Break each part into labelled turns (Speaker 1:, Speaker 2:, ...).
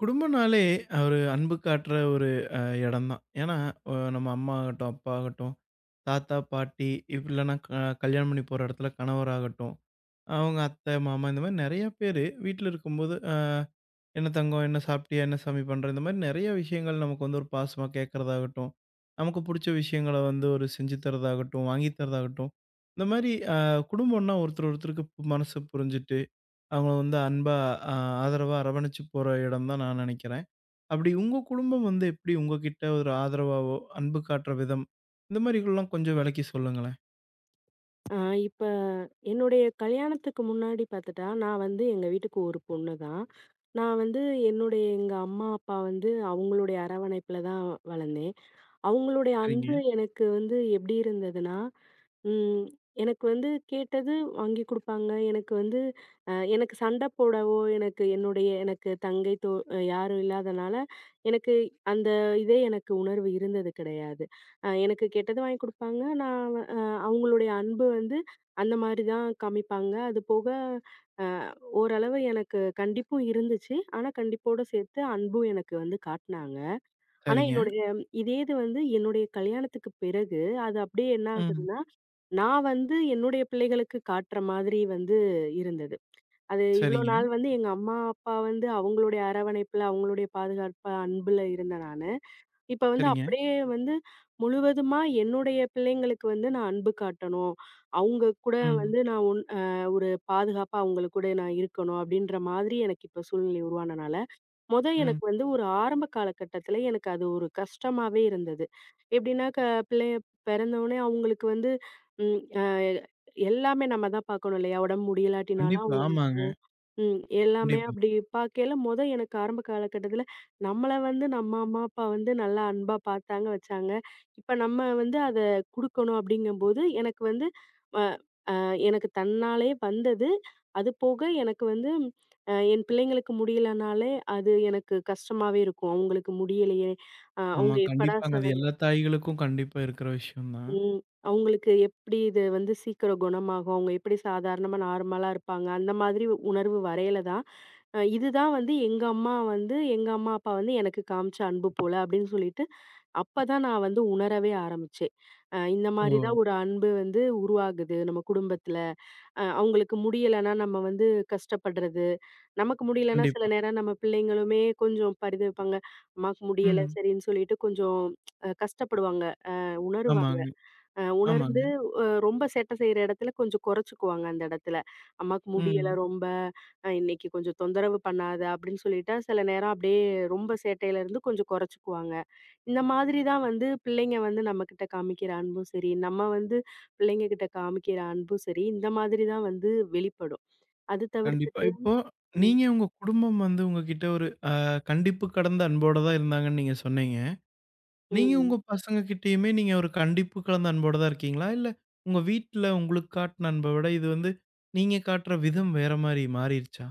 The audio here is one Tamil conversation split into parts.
Speaker 1: குடும்பம்னாலே ஒரு அன்பு காட்டுற ஒரு அ இடம்தான். ஏன்னா, நம்ம அம்மா ஆகட்டும், அப்பா ஆகட்டும், தாத்தா, பாட்டி, இல்லன்னா கல்யாணம் பண்ணி போற இடத்துல கணவர் ஆகட்டும், அவங்க அத்தை, மாமா இந்த மாரி நெறைய பேரு வீட்ல இருக்கும்போது, "என்ன தங்கம்? என்ன சாப்பிட்டியா? என்ன சாமி பண்ற?" இந்த மாரி நெறைய விஷயங்கள் நமக்கு வந்து ஒரு பாசமா கேட்கறதாகட்டும், நமக்கு புடிச்ச விஷயங்கள வந்து ஒரு செஞ்சு தரதாகட்டும், வாங்கி தரதாகட்டும், இந்த மாரி குடும்பம்னா ஒருத்தர் ஒருத்தருக்கு மனசு புரிஞ்சுட்டு, அவங்கள வந்து அன்பா அ ஆதரவா அரவணைச்சு போற இடம் தான் நான் நெனைக்கிறேன். அப்படி உங்க குடும்பம் வந்து எப்படி உங்ககிட்ட ஒரு ஆதரவாவோ, அன்பு காட்டுற விதம், இந்த மாரிலாம் கொஞ்சம் வெளக்கி சொல்லுங்களேன்.
Speaker 2: ஆ இப்ப என்னுடைய கல்யாணத்துக்கு முன்னாடி பார்த்துட்டா, நான் வந்து எங்க வீட்டுக்கு ஒரு பொண்ணு தான். நான் வந்து என்னுடைய எங்க அம்மா, அப்பா வந்து அவங்களுடைய அரவணைப்புல தான் வளர்ந்தேன். அவங்களுடைய
Speaker 1: சரிங்க.
Speaker 2: அன்பு எனக்கு வந்து எப்படி இருந்ததுன்னா, ம். எனக்கு வந்து கேட்டது வாங்கி குடுப்பாங்க. எனக்கு வந்து எனக்கு சண்டை போடவோ, எனக்கு தங்கை தோ யாரும் இல்லாதனால, எனக்கு அந்த இதே எனக்கு உணர்வு இருந்தது கிடையாது. எனக்கு கேட்டது வாங்கி குடுப்பாங்க. நான் அ அவங்களுடைய அன்பு வந்து அந்த மாரி தான் காமிப்பாங்க. அது போக அ ஓரளவு எனக்கு கண்டிப்பும் இருந்துச்சு. ஆனா, கண்டிப்போட சேர்த்து அன்பும் எனக்கு வந்து காட்டுனாங்க. ஆனா,
Speaker 1: சரிங்க.
Speaker 2: என்னுடைய இதே இது வந்து என்னுடைய கல்யாணத்துக்கு பிறகு, அது அப்படியே என்ன
Speaker 1: ம்.
Speaker 2: ஆகுதுன்னா நான் வந்து என்னுடைய பிள்ளைகளுக்கு காட்டுற மாதிரி வந்து இருந்தது. அது இவ்ளோ
Speaker 1: சரிங்க.
Speaker 2: நாள் வந்து எங்க அம்மா, அப்பா வந்து அவங்களுடைய அரவணைப்புல, அவங்களுடைய பாதுகாப்பு, அன்புல இருந்த நானு, இப்ப வந்து
Speaker 1: சரிங்க.
Speaker 2: அப்படியே வந்து முழுவதுமா என்னுடைய பிள்ளைங்களுக்கு வந்து நான் அன்பு காட்டணும். அவங்க கூட
Speaker 1: ம்.
Speaker 2: வந்து நான் ஒன் அ ஒரு பாதுகாப்பா அவங்க கூட நான் இருக்கணும் அப்படின்ற மாதிரி எனக்கு இப்ப சூழ்நிலை உருவானனால, மொத
Speaker 1: ம்.
Speaker 2: எனக்கு வந்து ஒரு ஆரம்ப காலகட்டத்தில எனக்கு அது ஒரு கஷ்டமாவே இருந்தது. எப்படின்னா, பிள்ளைய பிறந்தவுனே அவங்களுக்கு வந்து ம் அ எல்லாமே நம்ம தான் பார்க்கணும் இல்லையா? உடம்பு முடியலாட்டினாலும்
Speaker 1: கண்டிப்பா.
Speaker 2: அவங்களுக்கு
Speaker 1: ஆமாங்க.
Speaker 2: எல்லாமே
Speaker 1: கண்டிப்பா.
Speaker 2: அப்படி பார்க்கையில மொத எனக்கு ஆரம்ப காலகட்டத்தில, நம்மள வந்து நம்ம அம்மா, அப்பா வந்து நல்லா அன்பா பார்த்தாங்க, வச்சாங்க. இப்ப நம்ம வந்து அத குடுக்கணும் அப்படிங்கும்போது, எனக்கு வந்து அ அ எனக்கு தன்னாலே வந்தது. அது போக எனக்கு வந்து என் பிள்ளைங்களுக்கு முடியலனாலே, அது எனக்கு கஷ்டமாவே இருக்கும். அவங்களுக்கு முடியலையே!
Speaker 1: ஆமா,
Speaker 2: அவங்க எப்படா ச
Speaker 1: கண்டிப்பாங்க. அது எல்லா தாய்களுக்கும் கண்டிப்பா இருக்கிற விஷயம் தான்.
Speaker 2: ம். அவங்களுக்கு எப்படி இது வந்து சீக்கிரம் குணமாகும்? அவங்க எப்படி சாதாரணமா நார்மலா இருப்பாங்க? அந்த மாதிரி உணர்வு வரையில தான், இதுதான் வந்து எங்க அம்மா, அப்பா வந்து எனக்கு காமிச்ச அன்பு போல அப்படின்னு சொல்லிட்டு, அப்பதான் நான் வந்து உணரவே ஆரம்பிச்சேன். இந்த மாரி
Speaker 1: ஓ!
Speaker 2: தான் ஒரு அன்பு வந்து உருவாகுது நம்ம குடும்பத்தில. அவங்களுக்கு முடியலன்னா நம்ம வந்து கஷ்டப்படுறது. நமக்கு முடியலன்னா சில
Speaker 1: கண்டிப்பா.
Speaker 2: நேரம் நம்ம பிள்ளைங்களுமே கொஞ்சம் பரிதவிப்பாங்க. அம்மாக்கு முடியல
Speaker 1: ம்.
Speaker 2: சரின்னு சொல்லிட்டு கொஞ்சம் கஷ்டப்படுவாங்க, உணருவாங்க.
Speaker 1: ஆமாங்க,
Speaker 2: உணர்ந்து
Speaker 1: ஆமாங்க.
Speaker 2: ரொம்ப சேட்டை செய்ற இடத்துல கொஞ்சம் குறைச்சுக்குவாங்க அந்த இடத்துல. அம்மாக்கு முடியல
Speaker 1: ம்.
Speaker 2: ரொம்ப, இன்னைக்கு கொஞ்சம் தொந்தரவு பண்ணாத அப்படின்னு சொல்லிட்டா, சில நேரம் அப்படியே ரொம்ப சேட்டையில இருந்து கொஞ்சம் குறைச்சுக்குவாங்க. இந்த மாதிரி தான் வந்து பிள்ளைங்க வந்து நம்மகிட்ட காமிக்கிற அன்பும் சரி, நம்ம வந்து பிள்ளைங்க கிட்ட காமிக்கிற அன்பும் சரி, இந்த மாதிரி தான் வந்து வெளிப்படும். அது
Speaker 1: கண்டிப்பா.
Speaker 2: தவிர்த்துட்டு
Speaker 1: இப்போ
Speaker 2: ம்,
Speaker 1: நீங்க உங்க குடும்பம் வந்து உங்ககிட்ட ஒரு கண்டிப்பு கடந்த அன்போட தான் இருந்தாங்கன்னு நீங்க சொன்னீங்க. நீங்க
Speaker 2: ம்.
Speaker 1: உங்க பசங்க கிட்டயுமே நீங்க ஒரு கண்டிப்பு கலந்த அன்போட தான் இருக்கீங்களா? இல்ல உங்க வீட்ல உங்களுக்கு காட்டுன அன்ப விட இது வந்து நீங்க காட்டுற விதம் வேற மாரி மாறிருச்சா?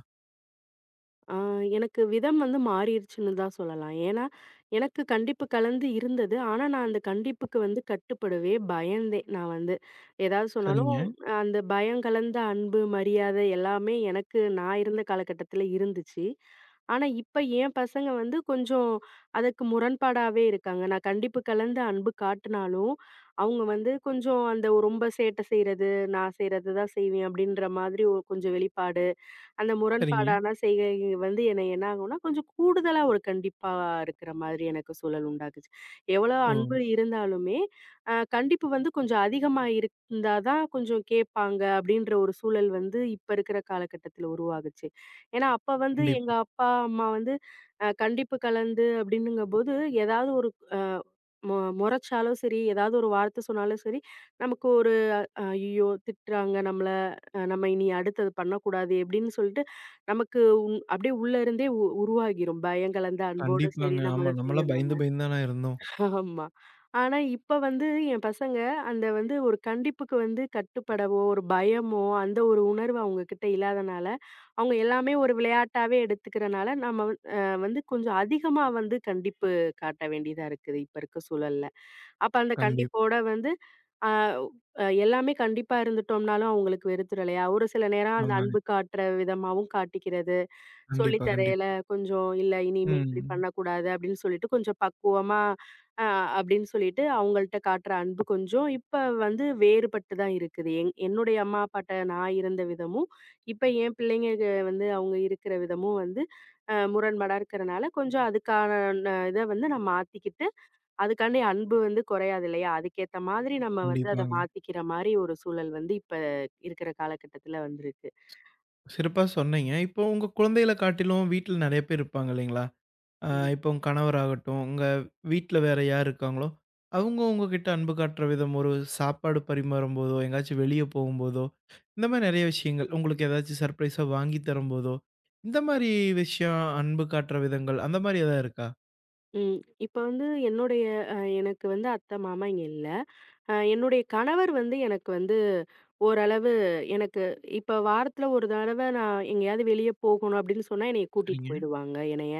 Speaker 2: ஆ, எனக்கு விதம் வந்து மாறிருச்சுன்னு தான் சொல்லலாம். ஏன்னா, எனக்கு கண்டிப்பு கலந்து இருந்தது. ஆனா, நான் அந்த கண்டிப்புக்கு வந்து கட்டுப்படவே பயந்தேன். நான் வந்து ஏதாவது சொன்னாலும்
Speaker 1: சரிங்க,
Speaker 2: அந்த பயம் கலந்த அன்பு, மரியாதை எல்லாமே எனக்கு நான் இருந்த காலகட்டத்தில இருந்துச்சு. ஆனா, இப்ப என் பசங்க வந்து கொஞ்சம் அதுக்கு முரண்பாடாவே இருக்காங்க. நான் கண்டிப்பு கலந்த அன்பு காட்டினாலும், அவங்க வந்து கொஞ்சம் அந்த ரொம்ப சேட்டை செய்றது, நான் செய்றது தான் செய்வேன் அப்படின்ற மாதிரி கொஞ்சம் வெளிப்பாடு. அந்த
Speaker 1: சரிங்க.
Speaker 2: முரண்பாடான செய்கை வந்து என்னை என்ன ஆகும்னா, கொஞ்சம் கூடுதலா ஒரு கண்டிப்பா இருக்கிற மாதிரி எனக்கு சூழல் உண்டாக்குச்சு. எவ்வளோ
Speaker 1: ஓ!
Speaker 2: அன்பு இருந்தாலுமே, கண்டிப்பு வந்து கொஞ்சம் அதிகமா இருந்தா தான் கொஞ்சம் கேட்பாங்க அப்படின்ற ஒரு சூழல் வந்து இப்ப இருக்கிற காலகட்டத்தில உருவாகுச்சு. ஏன்னா, அப்ப வந்து எங்க
Speaker 1: கண்டிப்பா.
Speaker 2: அப்பா, அம்மா வந்து கண்டிப்பு கலந்து அப்படின்னுங்கம்போது, ஏதாவது ஒரு அ மொ மொறச்சாலும் சரி, ஏதாவது ஒரு வார்த்தை சொன்னாலும் சரி, நமக்கு ஒரு "ஐயய்யோ! திட்டுறாங்க நம்மள." நம்ம இனி அடுத்தது பண்ணக்கூடாது எப்படின்னு சொல்லிட்டு, நமக்கு அப்படியே உள்ள இருந்தே உருவாகிரும். பயம் கலந்த அன்போட சரி
Speaker 1: கண்டிப்பாங்க.
Speaker 2: நம்ம
Speaker 1: ஆமா.
Speaker 2: அத
Speaker 1: நம்மலாம்
Speaker 2: செய்யணும்னு.
Speaker 1: பயந்து பயந்து தானே இருந்தோம்.
Speaker 2: ஆமா. ஆனா இப்ப வந்து என் பசங்க அந்த வந்து ஒரு கண்டிப்புக்கு வந்து கட்டுப்படவோ, ஒரு பயமோ, அந்த ஒரு உணர்வு அவங்க கிட்ட இல்லாதனால, அவங்க எல்லாமே ஒரு விளையாட்டாவே எடுத்துக்கிறனால, நம்ம வந்து கொஞ்சம் அதிகமா வந்து கண்டிப்பு காட்ட வேண்டியதா இருக்குது இப்ப இருக்க சூழல்ல. அப்ப அந்த
Speaker 1: கண்டிப்பா.
Speaker 2: கண்டிப்போட வந்து அ அ எல்லாமே கண்டிப்பா இருந்துட்டோம்னாலும் அவங்களுக்கு வெறுத்துரும் இல்லையா? ஒரு சில நேரம் அந்த
Speaker 1: ஆமாங்க.
Speaker 2: அன்பு காட்டுற விதமாவும் காட்டிக்கிறது. சொல்லி
Speaker 1: கண்டிப்பா,
Speaker 2: தரையில
Speaker 1: கண்டிப்பா.
Speaker 2: கொஞ்சம் இல்ல இனிமே இப்படி
Speaker 1: ம்.
Speaker 2: பண்ணக்கூடாது அப்படின்னு சொல்லிட்டு கொஞ்சம் பக்குவமா அ அப்படின்னு சொல்லிட்டு அவங்கள்ட்ட காட்டுற அன்பு கொஞ்சம் இப்ப வந்து வேறுபட்டு தான் இருக்குது. என்னுடைய அம்மா அப்பாட்ட நான் இருந்த விதமும், இப்ப என் பிள்ளைங்க வந்து அவங்க இருக்கிற விதமும் வந்து முரண்பாடா இருக்கிறனால கொஞ்சம் அதுக்கான இத வந்து நான் மாத்திக்கிட்டு அதுக்காண்டி அன்பு வந்து குறையாது இல்லையா? அதுக்கேத்த மாதிரி நம்ம வந்து அத
Speaker 1: கண்டிப்பாங்க.
Speaker 2: மாத்திக்கிற மாரி ஒரு சூழல் வந்து இப்ப இருக்கிற காலகட்டத்துல வந்திருக்கு.
Speaker 1: சிறப்பா சொன்னீங்க. இப்போ உங்க குழந்தைகள காட்டிலும் வீட்ல நெறைய பேர் இருப்பாங்க இல்லைங்களா? அ
Speaker 2: ம்.
Speaker 1: இப்போ உங்க கணவராகட்டும், உங்க வீட்ல வேற யார் இருக்காங்களோ, அவங்க உங்ககிட்ட அன்பு காட்டுற விதம், ஒரு சாப்பாடு பரிமாறும்போதோ, எங்கேயாச்சும் வெளிய போகும்போதோ, இந்த மாரி நெறைய விஷயங்கள், உங்களுக்கு ஏதாச்சும் சர்ப்ரைஸா வாங்கி தரும்போதோ, இந்த மாரி விஷயம் அன்பு காட்டுற விதங்கள், அந்த மாரி எதாவது இருக்கா?
Speaker 2: ம். இப்ப வந்து என்னுடைய எனக்கு வந்து அத்தை, மாமா இங்க இல்ல. என்னுடைய கணவர் வந்து எனக்கு வந்து ஓரளவு எனக்கு இப்ப வாரத்துல ஒரு தடவ நான் எங்கேயாவது வெளிய போகணும் அப்படின்னு சொன்னா என்னைய கூட்டிட்டு
Speaker 1: சரிங்க.
Speaker 2: போயிடுவாங்க என்னைய.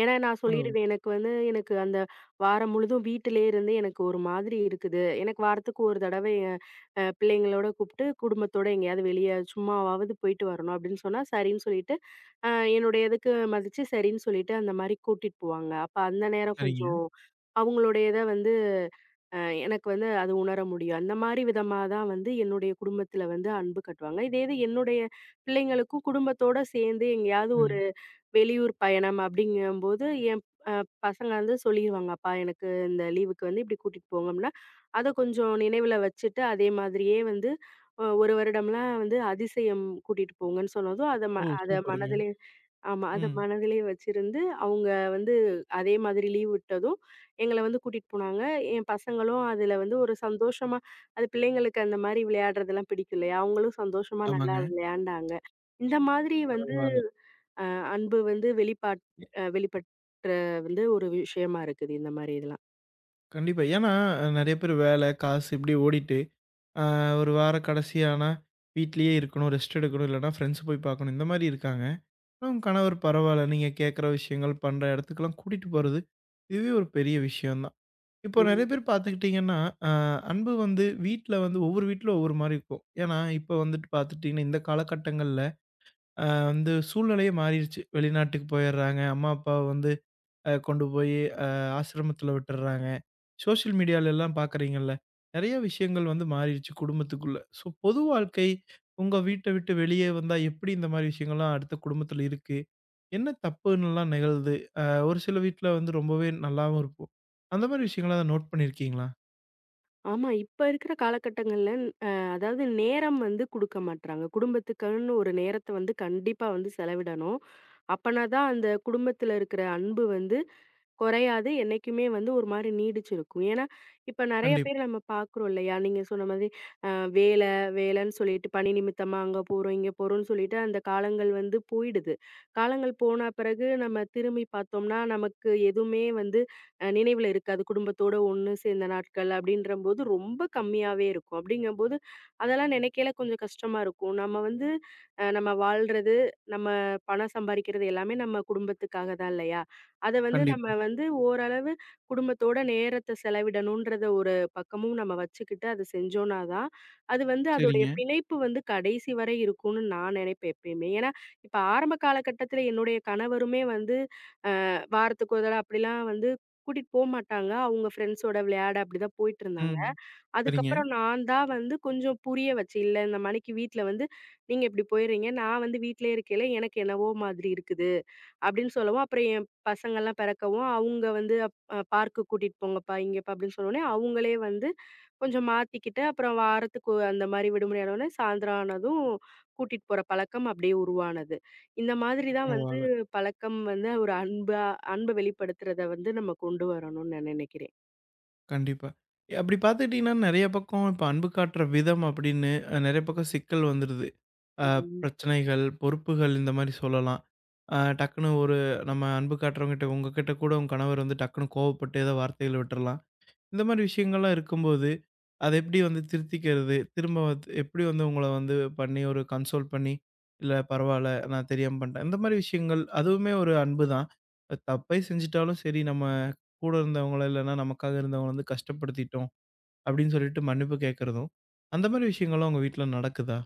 Speaker 2: ஏன்னா நான்
Speaker 1: ஓ!
Speaker 2: சொல்லிடுவேன் எனக்கு வந்து எனக்கு அந்த வாரம் முழுதும் வீட்டிலேயே இருந்து எனக்கு ஒரு மாதிரி இருக்குது. எனக்கு வாரத்துக்கு ஒரு தடவ என் பிள்ளைங்களோட கூப்பிட்டு குடும்பத்தோட எங்கேயாவது வெளிய சும்மாவாவது போயிட்டு வரணும் அப்படின்னு சொன்னா சரின்னு சொல்லிட்டு, அ என்னுடைய இதுக்கு மதிச்சு சரின்னு சொல்லிட்டு அந்த மாரி கூட்டிட்டு போவாங்க. அப்ப அந்த நேரம்
Speaker 1: சரிங்க.
Speaker 2: கொஞ்சம் அவங்களுடைய இத வந்து அ எனக்கு வந்து அது உணர முடியும். அந்த மாரி விதமா தான் வந்து என்னுடைய குடும்பத்தில வந்து அன்பு காட்டுவாங்க. இதே இது என்னுடைய பிள்ளைங்களுக்கும் குடும்பத்தோட சேர்ந்து எங்கேயாவது ஒரு
Speaker 1: ம்.
Speaker 2: வெளியூர் பயணம் அப்படிங்கும்போது, என் அ பசங்க வந்து சொல்லிருவாங்க. "அப்பா எனக்கு இந்த லீவுக்கு வந்து இப்படி கூட்டிட்டு போங்க" அப்படின்னா, அத கொஞ்சம் நினைவுல வச்சுட்டு, அதே மாதிரியே வந்து 1 வருடம்லாம் வந்து அதிசயம் கூட்டிட்டு போங்கன்னு சொன்னதும்,
Speaker 1: ஓ!
Speaker 2: அத
Speaker 1: சூப்பருங்க.
Speaker 2: மனதிலே ஆமா. அத
Speaker 1: ம்.
Speaker 2: மனதிலே வச்சிருந்து, அவங்க வந்து அதே மாதிரி லீவ் விட்டதும், எங்கள வந்து கூட்டிட்டு போனாங்க. என் பசங்களும் அதுல வந்து ஒரு சந்தோஷமா அது பிள்ளைங்களுக்கு அந்த மாரி விளையாடுறதெல்லாம் பிடிக்கும் இல்லையா? அவங்களும் சந்தோஷமா நல்லா
Speaker 1: ஆமாங்க.
Speaker 2: விளையாண்டாங்க. இந்த மாதிரி வந்து
Speaker 1: பரவால்ல.
Speaker 2: அ அன்பு வந்து வெளிப்பாட் அ வெளிப்பட்ற வந்து ஒரு விஷயமா இருக்குது இந்த மாரி இதெல்லாம்.
Speaker 1: கண்டிப்பா. ஏன்னா, நெறைய பேர் வேலை, காசு இப்படி ஓடிட்டு, அ ஒரு வார கடைசி ஆனா, வீட்லயே இருக்கணும், ரெஸ்ட் எடுக்கணும், இல்லன்னா ஃப்ரெண்ட்ஸ் போய் பார்க்கணும். இந்த மாரி இருக்காங்க. ஆனா உங்க கணவர் பரவால்ல, நீங்க கேட்குற விஷயங்கள், பண்ற இடத்துக்கெல்லாம் கூட்டிட்டு போறது, இதுவே ஒரு பெரிய விஷயம் தான். இப்போ நெறைய
Speaker 2: ம்.
Speaker 1: பேர் பார்த்துக்கிட்டீங்கன்னா, அ அன்பு வந்து வீட்ல வந்து ஒவ்வொரு வீட்ல ஒவ்வொரு மாரி இருக்கும். ஏன்னா, இப்போ வந்துட்டு பார்த்துட்டீங்கன்னா, இந்த காலகட்டங்கள்ல வந்து சூழ்நிலையே மாறிருச்சு. வெளிநாட்டுக்கு போயிர்றாங்க. அம்மா, அப்பா வந்து கொண்டு போயி அ ஆசிரமத்தில விட்டுர்றாங்க. சோஷியல் மீடியாலலாம் பார்க்குறீங்கள்ல, நெறைய விஷயங்கள் வந்து மாறிருச்சு குடும்பத்துக்குள்ள. ஸோ, பொது வாழ்க்கை உங்க வீட்ட விட்டு வெளியே வந்தா எப்படி இந்த மாரி விஷயங்கள்லாம் அடுத்த குடும்பத்தில இருக்கு? என்ன தப்புன்னுலாம் நிகழுது? அ ஒரு சில வீட்ல வந்து ரொம்பவே நல்லாவும் இருக்கும். அந்த மாரி விஷயங்கள நோட் பண்ணியிருக்கீங்களா?
Speaker 2: ஆமா, இப்ப இருக்கிற காலகட்டங்கள்ல அ அதாவது நேரம் வந்து குடுக்க மாட்றாங்க. குடும்பத்துக்குன்னு ஒரு நேரத்த வந்து கண்டிப்பா வந்து செலவிடணும். அப்பனா தான் அந்த குடும்பத்துல இருக்கிற அன்பு வந்து குறையாது. என்னைக்குமே வந்து ஒரு மாரி நீடிச்சிருக்கும். ஏன்னா, இப்ப நெறைய
Speaker 1: கண்டிப்
Speaker 2: பேர் நம்ம பார்க்குறோம் இல்லையா? நீங்க சொன்ன மாதிரி அ வேல வேலன்னு சொல்லிட்டு பணி நிமித்தமா அங்க போறோம், இங்க போறோம்ன்னு சொல்லிட்டு அந்த காலங்கள் வந்து போயிடுது. காலங்கள் போன பிறகு நம்ம திரும்பி பார்த்தோம்னா, நமக்கு எதுவுமே வந்து நினைவுல இருக்காது. குடும்பத்தோட ஒண்ணு சேர்ந்த நாட்கள் அப்படின்றம்போது ரொம்ப கம்மியாவே இருக்கும். அப்படிங்கும்போது அதெல்லாம் நினைக்கையில கொஞ்சம் கஷ்டமா இருக்கும். நம்ம வந்து நம்ம வாழ்றது, நம்ம பணம் சம்பாரிக்கிறது எல்லாமே நம்ம குடும்பத்துக்காக தான் இல்லையா? அத வந்து நம்ம
Speaker 1: கண்டிப்பா.
Speaker 2: வந்து ஓரளவு குடும்பத்தோட நேரத்த செலவிடணுன்றத ஒரு பக்கமும் நம்ம வச்சுக்கிட்டு அத செஞ்சோம்னா தான், அது வந்து அதோடைய
Speaker 1: சரிங்க.
Speaker 2: பிணைப்பு வந்து கடைசி வரை இருக்கும்னு நான் நினைப்பேன் எப்பயுமே. ஏன்னா, இப்ப ஆரம்ப காலகட்டத்தில என்னுடைய கணவருமே வந்து வாரத்துக்கு ஒரு தடவ அப்படிலாம் வந்து கூட்டிட்டு போமாட்டாங்க. அவங்க ஃப்ரெண்ட்ஸோட விளையாட அப்படிதான் போயிட்டுருந்தாங்க.
Speaker 1: ம். சரிங்க.
Speaker 2: அதுக்கப்புறம் நான் தான் வந்து கொஞ்சம் புரிய வச்சு, "இல்ல இந்த மணிக்கு வீட்ல வந்து நீங்க இப்படி போயிடுறீங்க. நான் வந்து வீட்லயே இருக்கையில எனக்கு என்னவோ மாதிரி இருக்குது." அப்படின்னு சொல்லவும், அப்புறம் என் பசங்கள்லாம் பெறக்கவும், அவங்க வந்து அப் அ பார்க்குக்கு கூட்டிட்டு போங்கப்பா, இங்கேப்பா அப்படின்னு சொன்னோனே, அவங்களே வந்து கொஞ்சம் மாத்திக்கிட்டு, அப்புறம் அந்த மாரி விடுமுறை ஆனோனே, சாயந்தரம் ஆனதும் கூட்டிட்டு போற பழக்கம் அப்படியே உருவானது. இந்த மாதிரி தான் வந்து
Speaker 1: பரவால்ல.
Speaker 2: பழக்கம் வந்து ஒரு அன்பா அன்ப வெளிப்படுத்துறத வந்து நம்ம கொண்டு வரணும்னு நான் நினைக்கிறேன்.
Speaker 1: கண்டிப்பா. அப்படி பார்த்துக்கிட்டீங்கன்னா, நெறைய பக்கம் இப்ப அன்பு காட்டுற விதம் அப்படின்னு நெறைய பக்கம் சிக்கல் வந்துருது. அ
Speaker 2: ம்.
Speaker 1: பிரச்சனைகள், பொறுப்புகள் இந்த மாரி சொல்லலாம். டக்குனு ஒரு நம்ம அன்பு காட்டுறவங்ககிட்ட உங்ககிட்ட கூட உங்க கணவர் வந்து டக்குனு கோவப்பட்டு ஏதோ வார்த்தைகள் விட்டுறலாம். இந்த மாரி விஷயங்கள்லாம் இருக்கும்போது, அத எப்படி வந்து திருத்திக்கிறது? திரும்ப வந்து எப்படி வந்து உங்கள வந்து பண்ணி ஒரு கன்சோல் பண்ணி, "இல்ல பரவால்ல, நான் தெரியாம பண்ணிட்டேன்." இந்த மாரி விஷயங்கள் அதுவுமே ஒரு அன்பு தான். தப்பே செஞ்சுட்டாலும் சரி, நம்ம கூட இருந்தவங்கள இல்லன்னா நமக்காக இருந்தவங்கள வந்து கஷ்டப்படுத்திட்டோம் அப்படின்னு சொல்லிட்டு மன்னிப்பு கேட்கறதும், அந்த மாரி விஷயங்கள்லாம் உங்க வீட்ல நடக்குதா?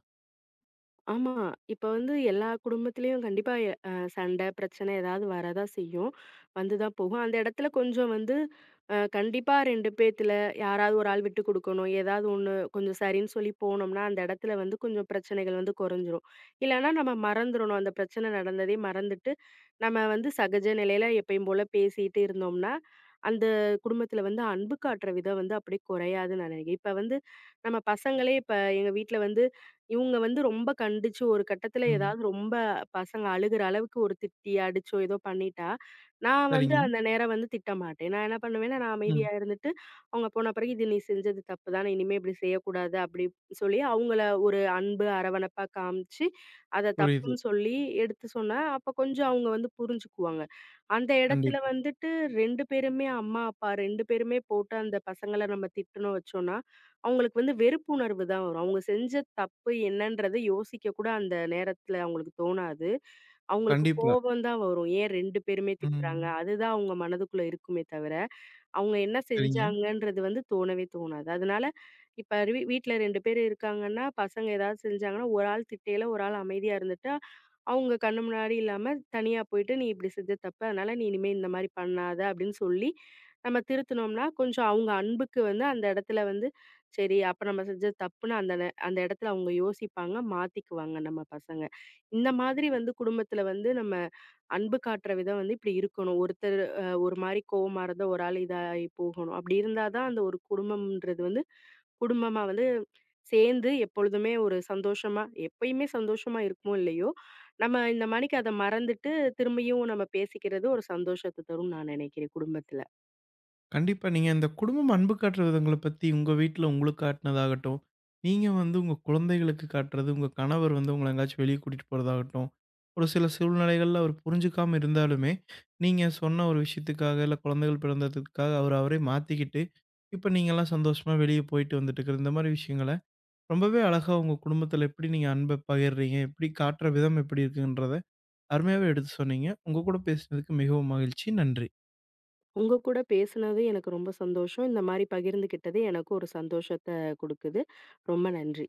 Speaker 2: ஆமா. இப்ப வந்து எல்லா குடும்பத்திலயும் கண்டிப்பா எ அ சண்டை, பிரச்சனை ஏதாவது வரதான் செய்யும். வந்து தான் போகும். அந்த இடத்துல கொஞ்சம் வந்து கண்டிப்பா 2 பேத்துல யாராவது ஒரு ஆள் விட்டு குடுக்கணும். ஏதாவது ஒண்ணு கொஞ்சம் சரின்னு சொல்லி போனோம்னா, அந்த இடத்துல வந்து கொஞ்சம் பிரச்சனைகள் வந்து குறைஞ்சிரும். இல்லன்னா நம்ம மறந்துறணும். அந்த பிரச்சனை நடந்ததே மறந்துட்டு, நம்ம வந்து சகஜ நிலையில எப்பயும் போல பேசிட்டு இருந்தோம்னா, அந்த குடும்பத்துல வந்து அன்பு காட்டுற விதம் வந்து அப்படியே குறையாதுன்னு நான் நினைக்கிறேன். இப்ப வந்து நம்ம பசங்களே இப்ப எங்க வீட்ல வந்து இவுங்க வந்து ரொம்ப கண்டிச்சு ஒரு கட்டத்துல
Speaker 1: ம்.
Speaker 2: ஏதாவது ரொம்ப பசங்க அழுகுற அளவுக்கு ஒரு திட்டி, அடிச்சோ ஏதோ பண்ணிட்டா, நான் வந்து
Speaker 1: சரிங்க.
Speaker 2: அந்த நேரம் வந்து திட்ட மாட்டேன். நான் என்ன பண்ணுவேன்னா, நான்
Speaker 1: ம்.
Speaker 2: அமைதியா இருந்துட்டு, அவங்க போன பிறகு "இது நீ செஞ்சது தப்பு தானே. இனிமே இப்படி செய்யக்கூடாது." அப்படி சொல்லி அவங்கள ஒரு அன்பு, அரவணைப்பா காமிச்சு, அத
Speaker 1: புரியுது.
Speaker 2: தப்புன்னு சொல்லி எடுத்து சொன்னா, அப்ப கொஞ்சம் அவங்க வந்து புரிஞ்சுக்குவாங்க. அந்த இடத்துல
Speaker 1: கண்டிப்பா.
Speaker 2: வந்துட்டு 2 பேருமே அம்மா, அப்பா 2 பேருமே போட்டு அந்த பசங்கள நம்ம திட்டுனோம் வச்சோம்னா, அவங்களுக்கு வந்து வெறுப்பு உணர்வு தான் வரும். அவங்க செஞ்ச தப்பு என்னன்றத யோசிக்க கூட அந்த நேரத்துல அவங்களுக்கு தோணாது. அவங்களுக்கு
Speaker 1: கண்டிப்பா.
Speaker 2: கோபம் தான் வரும். ஏன் 2 பேருமே திட்டுறாங்க?
Speaker 1: ம்.
Speaker 2: அதுதான் அவங்க மனதுக்குள்ள இருக்குமே தவிர, அவங்க என்ன
Speaker 1: சரிங்க.
Speaker 2: செஞ்சாங்கன்றது வந்து தோணவே தோணாது. அதனால இப்ப வீட்ல 2 பேர் இருக்காங்கன்னா, பசங்க ஏதாவது செஞ்சாங்கன்னா, ஒரு ஆள் திட்டையில, ஒரு ஆள் அமைதியா இருந்துட்டா, அவங்க கண்ணு முன்னாடி இல்லாம தனியா போயிட்டு, "நீ இப்படி செஞ்சது தப்பு. அதனால நீ இனிமே இந்த மாரி பண்ணாத" அப்படின்னு சொல்லி நம்ம திருத்துனோம்னா, கொஞ்சம் அவங்க அன்புக்கு வந்து அந்த இடத்துல வந்து, சரி அப்ப நம்ம செஞ்சது தப்புன்னு அந்த இடத்துல அவங்க யோசிப்பாங்க, மாத்திக்குவாங்க நம்ம பசங்க. இந்த மாதிரி வந்து குடும்பத்துல வந்து நம்ம அன்பு காட்டுற விதம் வந்து இப்படி இருக்கணும். ஒருத்தர் ஒரு மாரி கோவமா இருந்தா, ஒரு ஆள் இதாயி போகணும். அப்படி இருந்தா தான் அந்த ஒரு குடும்பம்ன்றது வந்து குடும்பமா வந்து சேர்ந்து எப்பொழுதுமே ஒரு சந்தோஷமா எப்பயுமே சந்தோஷமா இருக்குமோ இல்லையோ, நம்ம இந்த மணிக்கு அத மறந்துட்டு திரும்பியும் நம்ம பேசிக்கிறது ஒரு சந்தோஷத்த தரும்னு நான் நினைக்கிறேன் குடும்பத்துல.
Speaker 1: கண்டிப்பா. நீங்க இந்த குடும்பம் அன்பு காட்டுற விதங்கள பத்தி உங்க வீட்ல உங்களுக்கு காட்டுனதாகட்டும், நீங்க வந்து உங்க குழந்தைகளுக்கு காட்டுறது, உங்க கணவர் வந்து உங்கள எங்கேயாச்சும் வெளிய கூட்டிட்டு போறதாகட்டும், ஒரு சில சூழ்நிலைகள்ல அவர் புரிஞ்சுக்காம இருந்தாலுமே, நீங்க சொன்ன ஒரு விஷயத்துக்காக, இல்ல குழந்தைகள் பிறந்ததுக்காக அவர அவரே மாத்திக்கிட்டு, இப்ப நீங்கலாம் சந்தோஷமா வெளிய போயிட்டு வந்துட்டுருக்குற இந்த மாரி விஷயங்கள, ரொம்பவே அழகா உங்க குடும்பத்தில எப்படி நீங்க அன்ப பகிர்றீங்க? எப்படி காட்டுற விதம் எப்படி இருக்குன்றத அருமையாவே எடுத்து சொன்னீங்க. உங்க கூட பேசினதுக்கு மிகவும் மகிழ்ச்சி. நன்றி.
Speaker 2: உங்க கூட பேசுனது எனக்கு ரொம்ப சந்தோஷம். இந்த மாரி பகிர்ந்துக்கிட்டது எனக்கும் ஒரு சந்தோஷத்த குடுக்குது. ரொம்ப நன்றி.